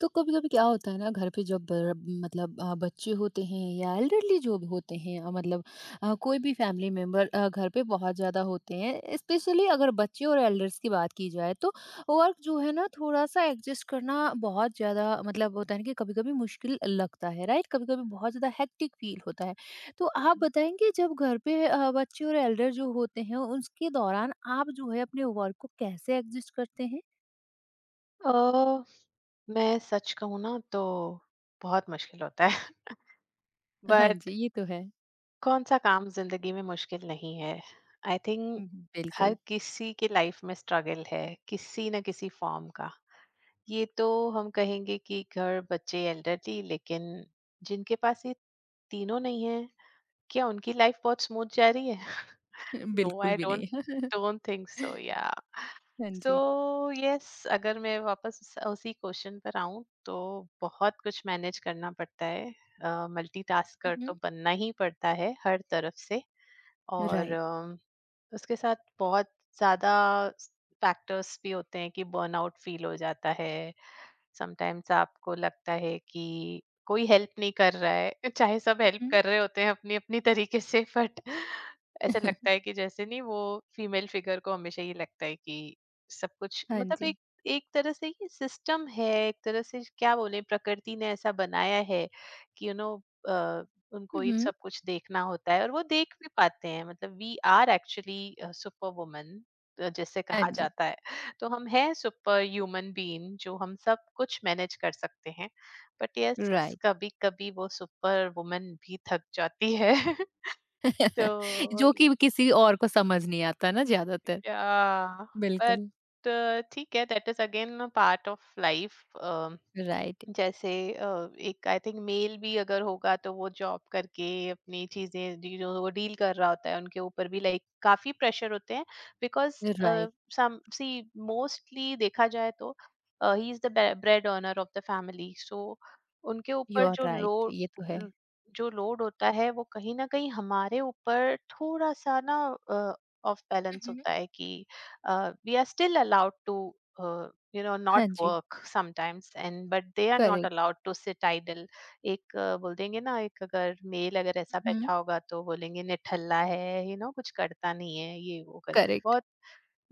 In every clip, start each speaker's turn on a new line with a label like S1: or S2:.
S1: तो कभी-कभी क्या होता है ना घर पे जब मतलब बच्चे होते हैं या एल्डरली जो भी होते हैं मतलब कोई भी फैमिली मेंबर घर पे बहुत ज़्यादा होते हैं। स्पेशली अगर बच्चे और एल्डर्स की बात की जाए तो वर्क जो है ना थोड़ा सा एडजस्ट करना बहुत ज़्यादा मतलब होता है ना कि कभी-कभी मुश्किल लगता है, राइट? कभी-कभी बहुत ज़्यादा हेक्टिक फील होता है। तो आप बताएंगे जब घर पे बच्चे और एल्डर जो होते हैं उसके दौरान आप जो है अपने वर्क को कैसे एडजस्ट करते हैं?
S2: अ, मैं सच कहूँ ना तो बहुत मुश्किल होता है
S1: हाँ जी,
S2: बट
S1: ये तो है।
S2: कौन सा काम जिंदगी में मुश्किल नहीं है? आई थिंक हर
S1: बिल्कुल।
S2: किसी की लाइफ में स्ट्रगल है, किसी न किसी फॉर्म का। ये तो हम कहेंगे कि घर, बच्चे, एल्डरली, लेकिन जिनके पास ये तीनों नहीं है, क्या उनकी लाइफ बहुत स्मूथ जा रही है? नो,
S1: बिल्कुल
S2: आई
S1: भी
S2: डोंट
S1: नहीं।
S2: डोंट थिंक सो, या।
S1: हाँ
S2: सो
S1: जी।
S2: यस, अगर मैं वापस उसी क्वेश्चन पर आऊं तो बहुत कुछ मैनेज करना पड़ता है।
S1: हुँ,
S2: मल्टीटास्कर
S1: हुँ।
S2: तो बनना ही पड़ता है, हर तरफ से। और
S1: राइट।
S2: उसके साथ बहुत ज़्यादा फैक्टर्स भी होते हैं कि बर्नआउट फील हो जाता है। समटाइम्स आपको लगता है कि कोई हेल्प नहीं कर रहा है, चाहे सब हेल्प
S1: हुँ।
S2: कर रहे होते हैं अपनी-अपनी तरीके से, बट ऐसा लगता है कि जैसे नहीं। वो फीमेल फिगर को हमेशा ये लगता है कि सब कुछ,
S1: हाँ
S2: मतलब
S1: जी।
S2: एक, एक तरह से ये सिस्टम है, एक तरह से क्या बोलें, प्रकृति ने ऐसा बनाया है कि यू नो, अ,
S1: हुँ,
S2: उनको ये
S1: हुँ।
S2: सब कुछ देखना होता है और वो देख भी पाते हैं, मतलब we are actually super woman, जैसे
S1: हाँ
S2: कहा
S1: जी,
S2: जाता है। तो हम हैं सुपर ह्यूमन बीइंग, जो हम सब कुछ मैनेज कर सकते हैं। But yes,
S1: right.
S2: कभी कभी वो सुपर वुमन भी थक जाती है तो
S1: जो कि किसी और को समझ नहीं आता ना ज़्यादातर।
S2: या
S1: बिल्कुल।
S2: बट ठीक है, that is again part of life.
S1: Right,
S2: जैसे एक, आई थिंक मेल भी अगर होगा तो वो जॉब करके अपनी चीजें जो वो डील कर रहा होता है, उनके ऊपर भी लाइक काफी प्रेशर होते हैं, बिकॉज
S1: राइट,
S2: सम सी मोस्टली देखा जाए तो he is the bread earner of the family. So उनके
S1: यू
S2: ऊपर
S1: आर
S2: जो
S1: राइट,
S2: लोड,
S1: ये तो है।
S2: जो लोड होता है वो कहीं ना कहीं हमारे ऊपर थोड़ा सा ना ऑफ
S1: हुँ,
S2: बैलेंस
S1: हुँ।
S2: होता है कि we are still allowed to you know
S1: हाँ
S2: not
S1: जी,
S2: work sometimes and but they are not
S1: correct,
S2: allowed to sit idle. एक बोल देंगे ना, एक अगर मेल अगर ऐसा
S1: हुँ, हुँ।
S2: बैठा होगा तो बोलेंगे निठल्ला है, यू नो कुछ करता नहीं है, ये वो करके
S1: करेक्ट।
S2: बहुत,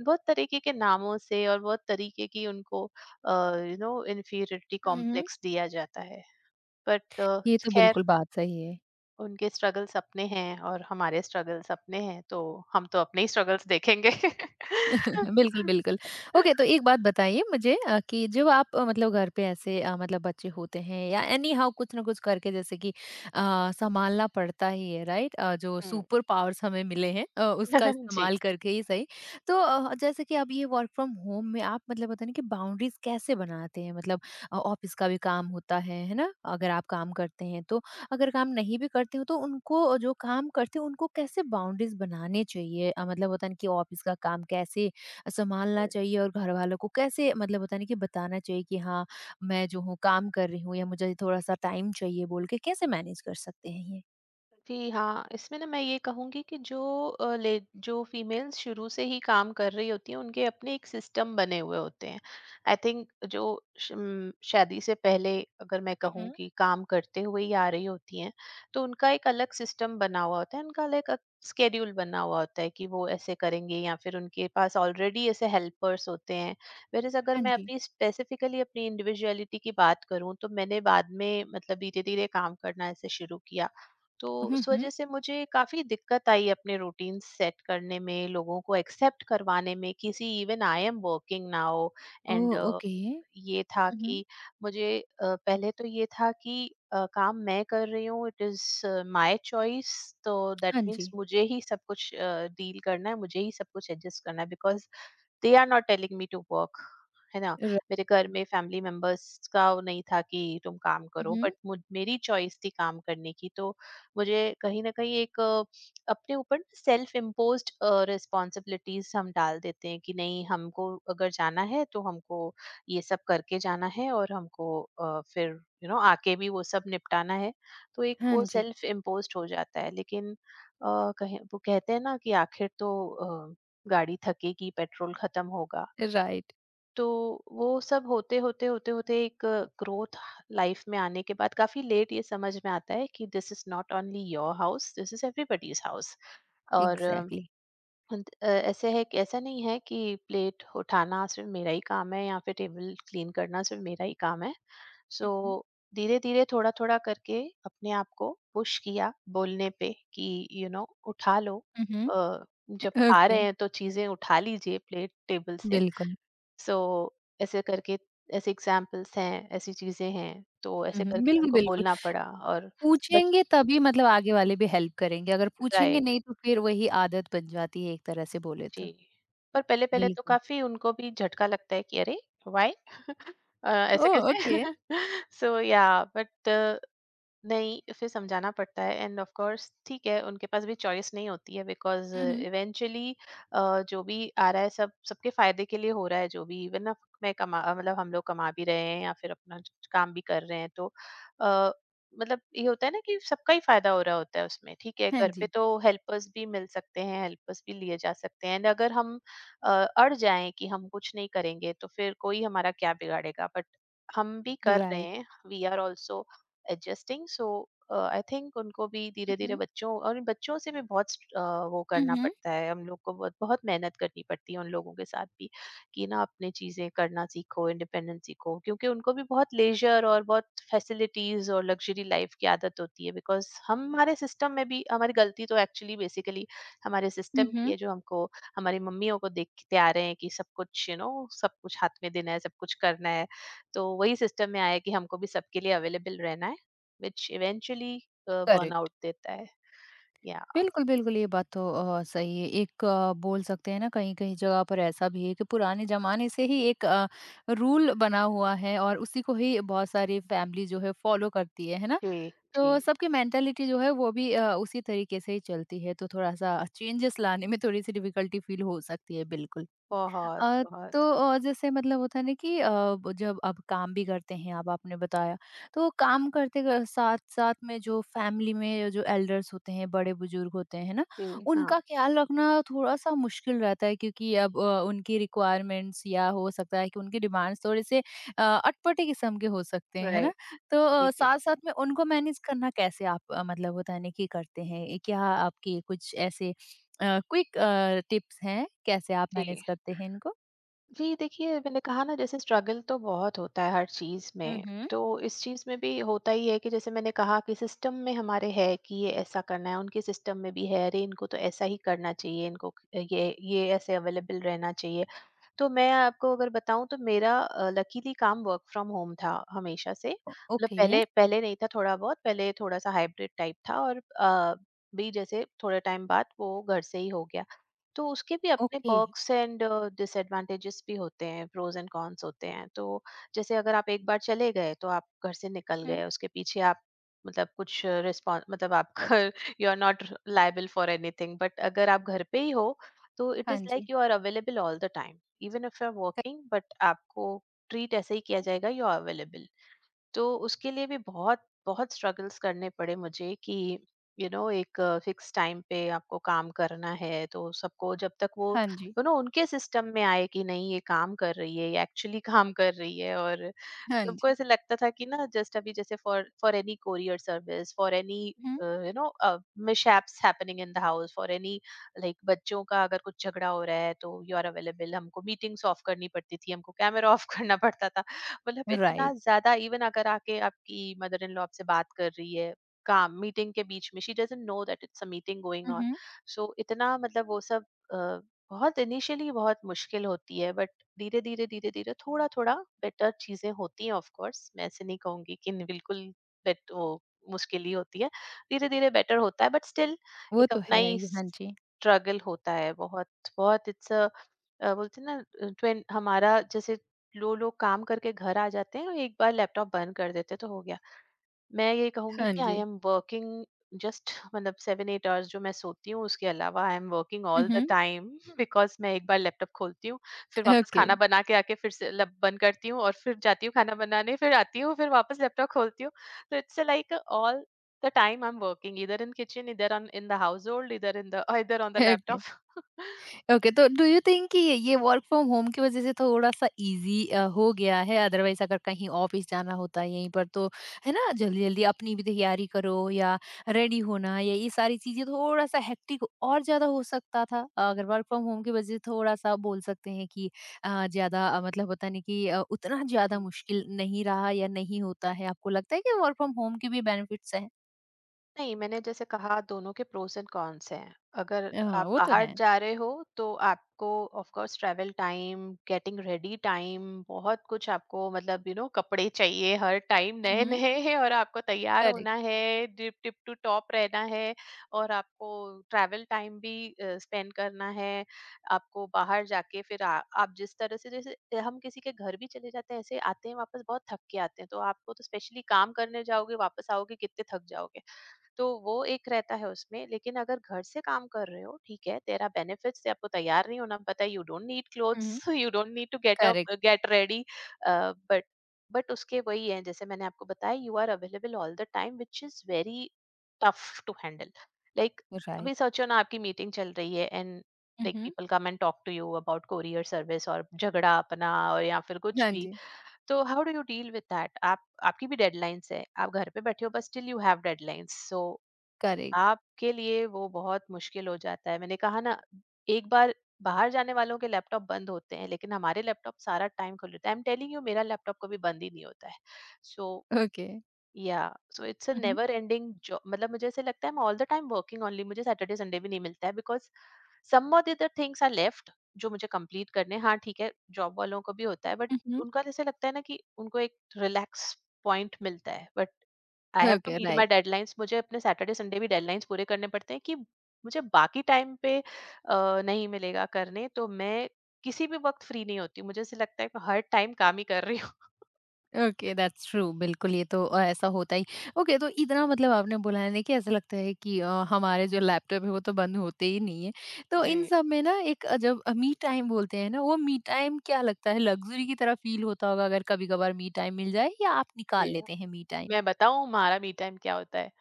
S2: बहुत तरीके के नामों से और बहुत तरीके की उनको यू नो इन्फीरियरिटी
S1: हुँ, हुँ।
S2: कॉम्प्लेक्स दिया जाता है। बट
S1: ये तो
S2: खैर,
S1: बिल्कुल बात सही है।
S2: उनके स्ट्रगल्स अपने हैं और हमारे स्ट्रगल्स अपने हैं, तो हम तो अपने ही स्ट्रगल्स देखेंगे
S1: बिल्कुल, बिल्कुल। ओके, तो एक बात बताइए मुझे कि जब आप मतलब घर पे ऐसे मतलब बच्चे होते हैं या एनी हाउ कुछ ना कुछ करके जैसे कि सँभालना पड़ता ही है, राइट? जो
S2: うん
S1: सुपर पावर्स हमें मिले हैं उसका
S2: जी।
S1: इस्तेमाल करके ही सही। तो जैसे कि अब ये वर्क फ्रॉम होम में आप मतलब होता है ना कि बाउंड्रीज़ कैसे बनाते हैं? मतलब ऑफ़िस का भी काम होता है ना? अगर आप काम करते हैं तो। अगर काम नहीं भी करते हो तो उनको जो काम करते हैं, उनको कैसे बाउंड्रीज़ बनाने चाहिए? मतलब होता है ना कि ऑफ़िस का काम कैसे संभालना चाहिए और घर वालों को कैसे मतलब होता है ना कि बताना चाहिए कि हाँ मैं जो हूँ काम कर रही हूँ, या मुझे थोड़ा सा टाइम चाहिए बोल के कैसे मैनेज कर सकते हैं ये?
S2: जी हाँ, इसमें ना मैं ये कहूँगी कि जो अ, ले जो फीमेल्स शुरू से ही काम कर रही होती हैं, उनके अपने एक सिस्टम बने हुए होते हैं। आई थिंक जो शादी से पहले अगर मैं कहूँ
S1: मम्।
S2: कि काम करते हुए ही आ रही होती हैं, तो उनका एक अलग सिस्टम बना हुआ होता है, उनका अलग स्केड्यूल बना हुआ होता है कि वो ऐसे करेंगे, या फिर उनके पास ऑलरेडी ऐसे हेल्पर्स होते हैं। व्हेयरएज़ अगर
S1: हाँ
S2: मैं
S1: जी।
S2: अपनी, स्पेसिफिकली अपनी इंडिविजुअलिटी की बात करूँ, तो मैंने बाद में मतलब धीरे-धीरे काम करना ऐसे शुरू किया। तो उस
S1: हम्म।
S2: वजह से मुझे काफी दिक्कत आई अपने रूटीन सेट करने में, लोगों को एक्सेप्ट करवाने में, किसी, even I am working now,
S1: oh
S2: and
S1: okay.
S2: ये था
S1: मम्।
S2: कि मुझे पहले तो ये था कि काम मैं कर रही हूँ, इट इज माय चॉइस, तो दैट
S1: हाँ
S2: मीन्स
S1: जी।
S2: मुझे ही सब कुछ डील करना है, मुझे ही सब कुछ एडजस्ट करना है, because they are not telling me to work, है ना।
S1: र-
S2: मेरे घर में फैमिली मेंबर्स का वो नहीं था कि तुम काम करो,
S1: मम्।
S2: बट मुझ मेरी चॉइस थी काम करने की, तो मुझे कहीं ना कहीं एक अपने ऊपर सेल्फ इम्पोज्ड रिस्पॉन्सिबिलिटीज हम डाल देते हैं कि नहीं, हमको अगर जाना है तो हमको ये सब करके जाना है, और हमको फिर यू नो आके भी वो सब निपटाना है। तो एक
S1: हाँ
S2: वो
S1: जी।
S2: सेल्फ इम्पोज्ड हो जाता है, लेकिन कहीं वो कहते हैं ना कि आखिर तो गाड़ी थकेगी, पेट्रोल खत्म होगा।
S1: राइट।
S2: तो वो सब होते होते होते होते एक ग्रोथ लाइफ में आने के बाद काफी लेट ये समझ में आता है कि this is not only your house, this is everybody's house. और
S1: एग्जैक्टली।
S2: ऐसे है कि ऐसा नहीं है कि प्लेट उठाना सिर्फ मेरा ही काम है, या फिर टेबल क्लीन करना सिर्फ मेरा ही काम है। सो
S1: मम्,
S2: धीरे धीरे, थोड़ा थोड़ा करके अपने आप को पुश किया, बोलने पे कि यू नो, उठा लो,
S1: मम्।
S2: अ, जब खा
S1: ओके।
S2: रहे हैं तो चीजें उठा लीजिए, प्लेट टेबल से।
S1: बिल्कुल।
S2: सो ऐसे करके, ऐसे एग्जाम्पल्स हैं, ऐसी चीजें हैं, तो ऐसे
S1: मम्।
S2: करके
S1: बिल्कुल,
S2: उनको
S1: बिल्कुल।
S2: बोलना पड़ा। और बच
S1: पूछेंगे तभी मतलब आगे वाले भी हेल्प करेंगे, अगर पूछेंगे
S2: राइट।
S1: नहीं तो फिर वही आदत बन जाती है एक तरह से बोले तो।
S2: जी, पर पहले-पहले तो
S1: बिल्कुल।
S2: काफ़ी उनको भी झटका लगता है कि अरे! व्हाई?
S1: ओ
S2: ऐसे
S1: ओके।
S2: कैसे? सो या बट नहीं, फिर समझाना पड़ता है, एंड ऑफ कोर्स ठीक है, उनके पास भी चॉइस नहीं होती है, बिकॉज़ इवेंचुअली जो भी आ रहा है सब सबके फ़ायदे के लिए हो रहा है, जो भी, इवन ना मैं मतलब हम लोग कमा भी रहे हैं या फिर अपना काम भी कर रहे हैं, तो अ, मतलब ये होता है ना कि सबका ही फ़ायदा हो रहा होता है उसमें, ठीक है?
S1: हाँ
S2: घर पे
S1: जी।
S2: तो हेल्पर्स भी मिल सकते हैं, हेल्पर्स भी लिए जा सकते हैं, एंड अगर हम अ, अड़ जाएँ कि हम कुछ नहीं करेंगे तो फिर कोई हमारा क्या बिगाड़ेगा? बट हम भी कर रहे
S1: राइट।
S2: हैं, we are also adjusting. So I think उनको भी
S1: हुँ,
S2: धीरे धीरे,
S1: हुँ।
S2: बच्चों, और इन बच्चों से भी बहुत वो
S1: हुँ,
S2: करना
S1: हुँ।
S2: पड़ता है, हम लोग को बहुत बहुत मेहनत करनी पड़ती है उन लोगों के साथ भी कि ना अपनी चीजें करना सीखो, इंडिपेंडेंस सीखो, क्योंकि उनको भी बहुत लेजर और बहुत फैसिलिटीज और लग्जरी लाइफ की आदत होती है, बिकॉज हम, हमारे सिस्टम में भी, हमारी गलती तो एक्चुअली बेसिकली हमारे सिस्टम की
S1: हुँ।
S2: है, जो हमको, हमारी मम्मियों को देखते आ रहे हैं कि सब कुछ यू नो सब कुछ हाथ में देना है, सब कुछ करना है। तो वही सिस्टम में आया कि हमको भी सबके लिए अवेलेबल रहना है, व्हिच इवेंचुअली
S1: करेक्ट।
S2: बर्नआउट देता है। या।
S1: बिल्कुल, बिल्कुल ये बात तो सही है। एक बोल सकते हैं ना कहीं-कहीं जगह पर ऐसा भी है कि पुराने ज़माने से ही एक रूल बना हुआ है और उसी को ही बहुत सारी फैमिली जो है फ़ॉलो करती है ना?
S2: जी। जी,
S1: तो सबकी मेंटालिटी जो है वो भी उसी तरीके से ही चलती है, तो थोड़ा-सा चेंजेस लाने में थोड़ी-सी डिफ़िकल्टी फ़ील हो सकती है, बिल्कुल।
S2: बहुत,
S1: अ, तो
S2: बहुत।
S1: जैसे मतलब होता है ना कि जब आप काम भी करते हैं, आप आपने बताया, तो काम करते साथ साथ में जो फैमिली में जो एल्डर्स होते हैं बड़े बुजुर्ग होते हैं ना
S2: जी। हाँ।
S1: उनका ख्याल रखना थोड़ा सा मुश्किल रहता है क्योंकि अब उनकी रिक्वायरमेंट्स या हो सकता है कि उनके डिमांड्स थोड़े से अटपटे किस्म के हो सकते हैं, है ना?
S2: राइट।
S1: तो
S2: जी, जी,
S1: साथ साथ में उनको मैनेज करना कैसे आप मतलब होता है ना कि करते हैं ये, क्या आपके कुछ ऐसे क्विक टिप्स हैं कैसे आप मैनेज
S2: जी।
S1: करते हैं इनको?
S2: जी, देखिए मैंने कहा ना जैसे स्ट्रगल तो बहुत होता है हर चीज़
S1: हुँ,
S2: में,
S1: हुँ।
S2: तो इस चीज़ में भी होता ही है, कि जैसे मैंने कहा कि सिस्टम में हमारे है कि ये ऐसा करना है, उनके सिस्टम में भी है, अरे इनको तो ऐसा ही करना चाहिए, इनको ये ऐसे अवेलेबल रहना चाहिए। तो मैं आपको अगर बताऊँ तो मेरा लकीली काम वर्क फ्रॉम होम था हमेशा से,
S1: ओ
S2: मतलब
S1: ओके,
S2: पहले पहले नहीं था, थोड़ा बहुत पहले थोड़ा सा हाइब्रिड टाइप था, और भी जैसे थोड़े टाइम बाद वो घर से ही हो गया। तो उसके भी अपने
S1: ओके।
S2: पर्क्स एंड डिसएडवांटेजेस भी होते हैं, प्रोज एंड कॉन्स होते हैं। तो जैसे अगर आप एक बार चले गए, तो आप घर से निकल
S1: हुँ।
S2: गए, उसके पीछे आप, मतलब कुछ रिस्पॉन्स, मतलब आप you are not liable for anything, but अगर आप घर पे ही हो तो इट
S1: हाँ
S2: इज
S1: जी।
S2: Like you are available all the time, even if you are
S1: त
S2: वर्किंग, बट आपको ट्रीट ऐसे ही किया जाएगा, यू आर अवेलेबल। तो उसके लिए भी बहुत बहुत स्ट्रगल्स करने पड़े मुझे कि यू you नो know, एक फिक्स टाइम पे आपको काम करना है, तो सबको जब तक वो यू
S1: हाँ जी,
S2: you नो know, उनके सिस्टम में आए कि नहीं ये काम कर रही है, ये एक्चुअली काम कर रही है। और
S1: हाँ
S2: सबको
S1: जी।
S2: ऐसे लगता था कि ना जस्ट अभी जैसे for for any courier service, for any
S1: हुँ।
S2: You know mishaps happening in the house, for any like बच्चों का अगर कुछ झगड़ा हो रहा है तो यू आर अवेलेबल। हमको मीटिंग्स ऑफ करनी पड़ती थी, हमको कैमरा ऑफ करना पड़ता था, मतलब इतना
S1: राइट।
S2: ज्यादा, इवन अगर आके आपकी मदर इन लॉ आपसे बात कर रही है काम मीटिंग के बीच में, she doesn't know that it's a meeting going
S1: हुँ,
S2: ऑन।
S1: हुँ।
S2: सो इतना, मतलब वो सब अ, बहुत इनिशियली बहुत मुश्किल होती है, बट धीरे धीरे धीरे धीरे, थोड़ा थोड़ा बेटर चीजें होती हैं, ऑफ कोर्स मैं ऐसे नहीं कहूंगी कि बिल्कुल। बेट वो मुश्किल ही होती है, धीरे धीरे बेटर होता है बट स्टिल,
S1: वो
S2: एक
S1: तो
S2: अपना
S1: है
S2: ही
S1: ही। हाँ जी,
S2: स्ट्रगल होता है, बहुत बहुत इट्स अ, बोलते हैं ना ट्वेन हमारा जैसे, लो लोग काम करके घर आ जाते हैं और एक बार लैपटॉप बंद कर देते हैं, तो हो गया। मैं ये कहूँगी
S1: हाँ
S2: कि आई
S1: जी।
S2: एम वर्किंग जस्ट, मतलब 7 8 आवर्स जो मैं सोती हूँ उसके अलावा आई एम वर्किंग
S1: हुँ,
S2: ऑल द
S1: हुँ।
S2: टाइम, बिकॉज़ मैं एक बार लैपटॉप खोलती हूँ, फिर वापस
S1: ओके,
S2: खाना बना के आके फिर से लब बंद करती हूँ और फिर जाती हूँ खाना बनाने, फिर आती हूँ, फिर वापस लैपटॉप खोलती हूँ। तो it's like all the time I am working, either in kitchen, either on in the household, either in the either on the
S1: okay.
S2: Laptop.
S1: Okay, तो डू यू थिंक कि ये वर्क फ्रॉम होम की वजह से थोड़ा सा easy हो गया है? अदरवाइज अगर कहीं ऑफिस जाना होता है यहीं पर तो है ना जल्दी जल्दी अपनी भी तैयारी करो या रेडी होना या ये सारी चीजें थोड़ा सा हेक्टिक और ज्यादा हो सकता था। अगर वर्क फ्रॉम होम की वजह से थोड़ा सा बोल सकते हैं कि ज्यादा मतलब होता नहीं कि उतना ज्यादा मुश्किल नहीं रहा या नहीं होता है, आपको लगता है कि वर्क फ्रॉम होम के भी बेनिफिट्स हैं?
S2: नहीं, मैंने जैसे कहा दोनों के प्रोस एंड कॉन्स हैं। अगर
S1: हाँ,
S2: आप
S1: वो तो
S2: बाहर
S1: है।
S2: जा रहे हो तो आपको of course travel time, getting ready time, बहुत कुछ आपको मतलब यू नो कपड़े चाहिए हर टाइम
S1: हम्म।
S2: नए-नए हैं और आपको तैयार
S1: करेक्ट।
S2: होना है, टिप टिप टू टॉप रहना है। और आपको ट्रैवल टाइम भी स्पेंड करना है। आपको बाहर जाके फिर आप जिस तरह से जैसे हम किसी के घर भी चले जाते हैं ऐसे आते हैं, वापस बहुत थक के आते हैं। तो आपको तो स्पेशली काम करने जाओगे, वापस आओगे कितने थक जाओगे। तो वो एक रहता है उसमें, लेकिन अगर घर से काम कर रहे हो, ठीक है तेरा बेनिफिट्स से आपको तैयार नहीं होना पता, you don't need clothes,
S1: hmm.
S2: You don't need to get
S1: correct.
S2: Up, get ready. But but उसके वही है, जैसे मैंने आपको बताया you are available all the time which is very tough to handle. Like अभी
S1: राइट।
S2: सोचो ना, आपकी मीटिंग चल रही है and like
S1: hmm.
S2: People come and talk to you about courier service और झगड़ा अपना और या फिर कुछ
S1: हाँ
S2: भी।
S1: जी,
S2: तो how do you deal with that. आप आपकी भी डेडलाइंस है, आप घर पे बैठे हो but still you have deadlines. So
S1: correct,
S2: आपके लिए वो बहुत मुश्किल हो जाता है। मैंने कहा ना, एक बार बाहर जाने वालों के लैपटॉप बंद होते हैं, लेकिन हमारे लैपटॉप सारा टाइम खुले होते हैं। आई एम टेलिंग यू, मेरा लैपटॉप कभी बंद ही नहीं होता है। So
S1: okay.
S2: या सो इट्स अ
S1: हुँ, हुँ।
S2: Never ending job. मतलब मुझे ऐसे लगता है मैं all the time working only, मुझे सैटरडे संडे भी नहीं मिलता है because some of the other things are left जो मुझे कंप्लीट करने हैं। हाँ, ठीक है, जॉब वालों को भी होता है बट
S1: हुँ, हुँ।
S2: उनका जैसे लगता है ना कि उनको एक रिलैक्स पॉइंट मिलता है। But I have to
S1: okay,
S2: meet
S1: right.
S2: My deadlines, मुझे अपने सैटरडे संडे भी डेडलाइंस पूरे करने पड़ते हैं कि मुझे बाकी टाइम पे नहीं मिलेगा करने, तो मैं किसी भी वक्त फ्री नहीं होती। मुझे ऐसे लगता है कि हर टाइम काम ही कर रही हूँ।
S1: ओके, दैट्स ट्रू बिल्कुल, ये तो ऐसा होता ही। ओके, तो इतना मतलब आपने बोला है ना कि ऐसा लगता है कि हमारे जो लैपटॉप है वो तो बंद होते ही नहीं है। तो
S2: जी।
S1: इन सब में ना एक जब मी टाइम बोलते हैं ना वो मी टाइम क्या लगता है, लग्ज़री की तरह फ़ील होता होगा अगर कभी-कभार मी टाइम मिल जाए, या आप
S2: जी,
S1: निकाल लेते हैं मी टाइम?
S2: मैं बताऊँ हमारा मी टाइम क्या होता है।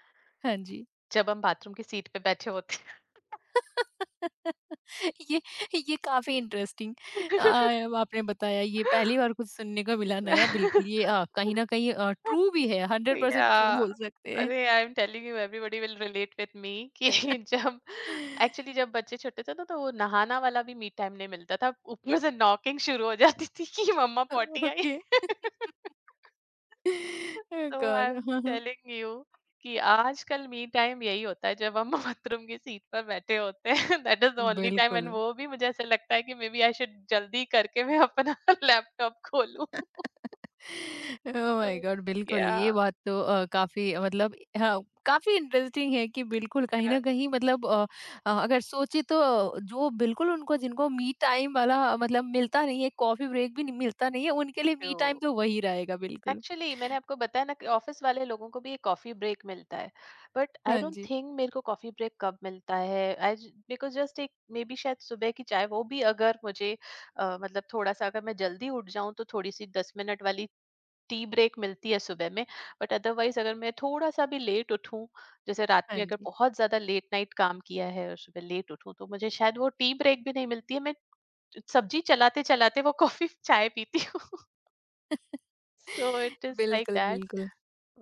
S1: हाँ जी।
S2: जब हम बाथरूम की सीट पे बैठे होते हैं
S1: ये ये काफ़ी इंटरेस्टिंग अ, आपने बताया, ये पहली बार कुछ सुनने को मिला नया।
S2: मैं-
S1: बिल्कुल ये कहीं न कहीं ट्रू भी है,
S2: या
S1: 100% ट्रू बोल सकते हैं।
S2: अरे I am telling you everybody will relate with me कि जब एक्चुअली जब बच्चे छोटे थे ना, तो वो नहाना वाला भी मी टाइम नहीं मिलता था, ऊपर से नॉकिंग शुरू हो जाती थी कि मम्मा पॉटी आई।
S1: ओके। ओह
S2: तो आई
S1: गॉड!
S2: एम
S1: हाँ, हाँ।
S2: टेलिंग यू कि आजकल मी टाइम यही होता है जब हम बाथरूम की सीट पर बैठे होते हैं। That is the only time,
S1: बिल्कुल।
S2: एंड वो भी मुझे ऐसा लगता है कि मे बी आई शुड जल्दी करके मैं अपना लैपटॉप खोलूं।
S1: ओह
S2: तो
S1: माय गॉड, बिल्कुल
S2: या
S1: ये बात तो काफी मतलब हाँ, काफी इंटरेस्टिंग है कि बिल्कुल कहीं ना कहीं मतलब अगर सोचे तो जो बिल्कुल उनको जिनको मी टाइम वाला मतलब मिलता नहीं है, कॉफी ब्रेक भी मिलता नहीं है, उनके लिए मी टाइम तो वही रहेगा बिल्कुल।
S2: एक्चुअली मैंने आपको बताया ना कि ऑफिस वाले लोगों को भी एक कॉफी ब्रेक मिलता है, बट आई
S1: हाँ
S2: डोंट
S1: जी।
S2: थिंक मेरे को कॉफी ब्रेक कब मिलता है। आई मेरे को जस्ट एक मे बी शायद सुबह की चाय, वो भी अगर मुझे मतलब थोड़ा सा अगर मैं जल्दी उठ जाऊं तो थोड़ी सी 10 मिनट वाली टी ब्रेक मिलती है सुबह में। बट अदरवाइज अगर मैं थोड़ा सा भी लेट उठूं, जैसे रात
S1: हाँ
S2: में अगर
S1: जी।
S2: बहुत ज्यादा लेट नाइट काम किया है और सुबह लेट उठूं, तो मुझे शायद वो टी ब्रेक भी नहीं मिलती है। मैं सब्जी चलाते चलाते वो कॉफी चाय पीती हूँ। सो इट इज लाइक
S1: बिल्कुल।
S2: दैट।
S1: बिल्कुल।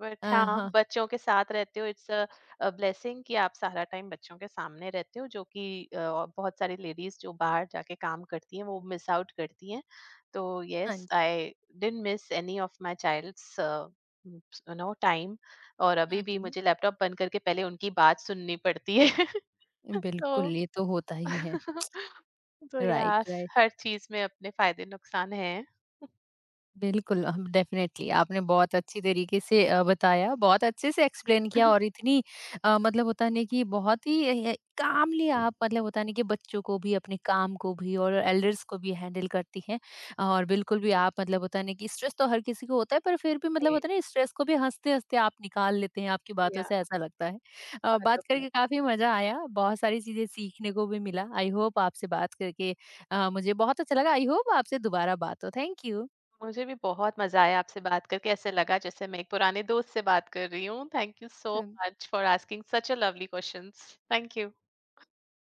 S2: बट हाँ
S1: हाँ।
S2: बच्चों के साथ रहते हो, इट्स अ ब्लेसिंग कि आप सारा टाइम बच्चों के सामने रहते हो, जो कि बहुत सारी लेडीज जो बाहर जाके काम करती हैं वो मिस आउट करती हैं। तो
S1: हाँ
S2: यस
S1: जी।
S2: I didn't miss any of my child's you know time. और अभी भी
S1: हम्म।
S2: मुझे लैपटॉप बंद करके पहले उनकी बात सुननी पड़ती है।
S1: बिल्कुल
S2: तो
S1: ये तो होता ही है।
S2: तो यार,
S1: राइट। राइट।
S2: हर चीज में अपने फायदे नुकसान हैं।
S1: बिल्कुल, हम डेफ़िनेटली आपने बहुत अच्छी तरीके से बताया, बहुत अच्छे से एक्सप्लेन किया, और इतनी मतलब होता है ना कि बहुत ही कामली आप मतलब होता है ना कि बच्चों को भी, अपने काम को भी और एल्डर्स को भी हैंडल करती हैं। और बिल्कुल भी आप मतलब होता है ना कि स्ट्रेस तो हर किसी को होता है, पर फिर भी मतलब होता है ना स्ट्रेस को भी हँसते-हँसते आप निकाल लेते हैं, आपकी बातों
S2: या
S1: से ऐसा लगता है।
S2: पार्ट
S1: बात
S2: ऑफ
S1: करके काफ़ी मज़ा आया, बहुत सारी चीज़ें सीखने को भी मिला। आई होप आपसे बात करके मुझे बहुत अच्छा लगा। आई होप आपसे दोबारा बात हो। Thank you.
S2: मुझे भी बहुत मज़ा आया आपसे बात करके, ऐसे लगा जैसे मैं एक पुराने दोस्त से बात कर रही हूँ। थैंक यू सो
S1: हुँ।
S2: Much for asking such a lovely questions. Thank you.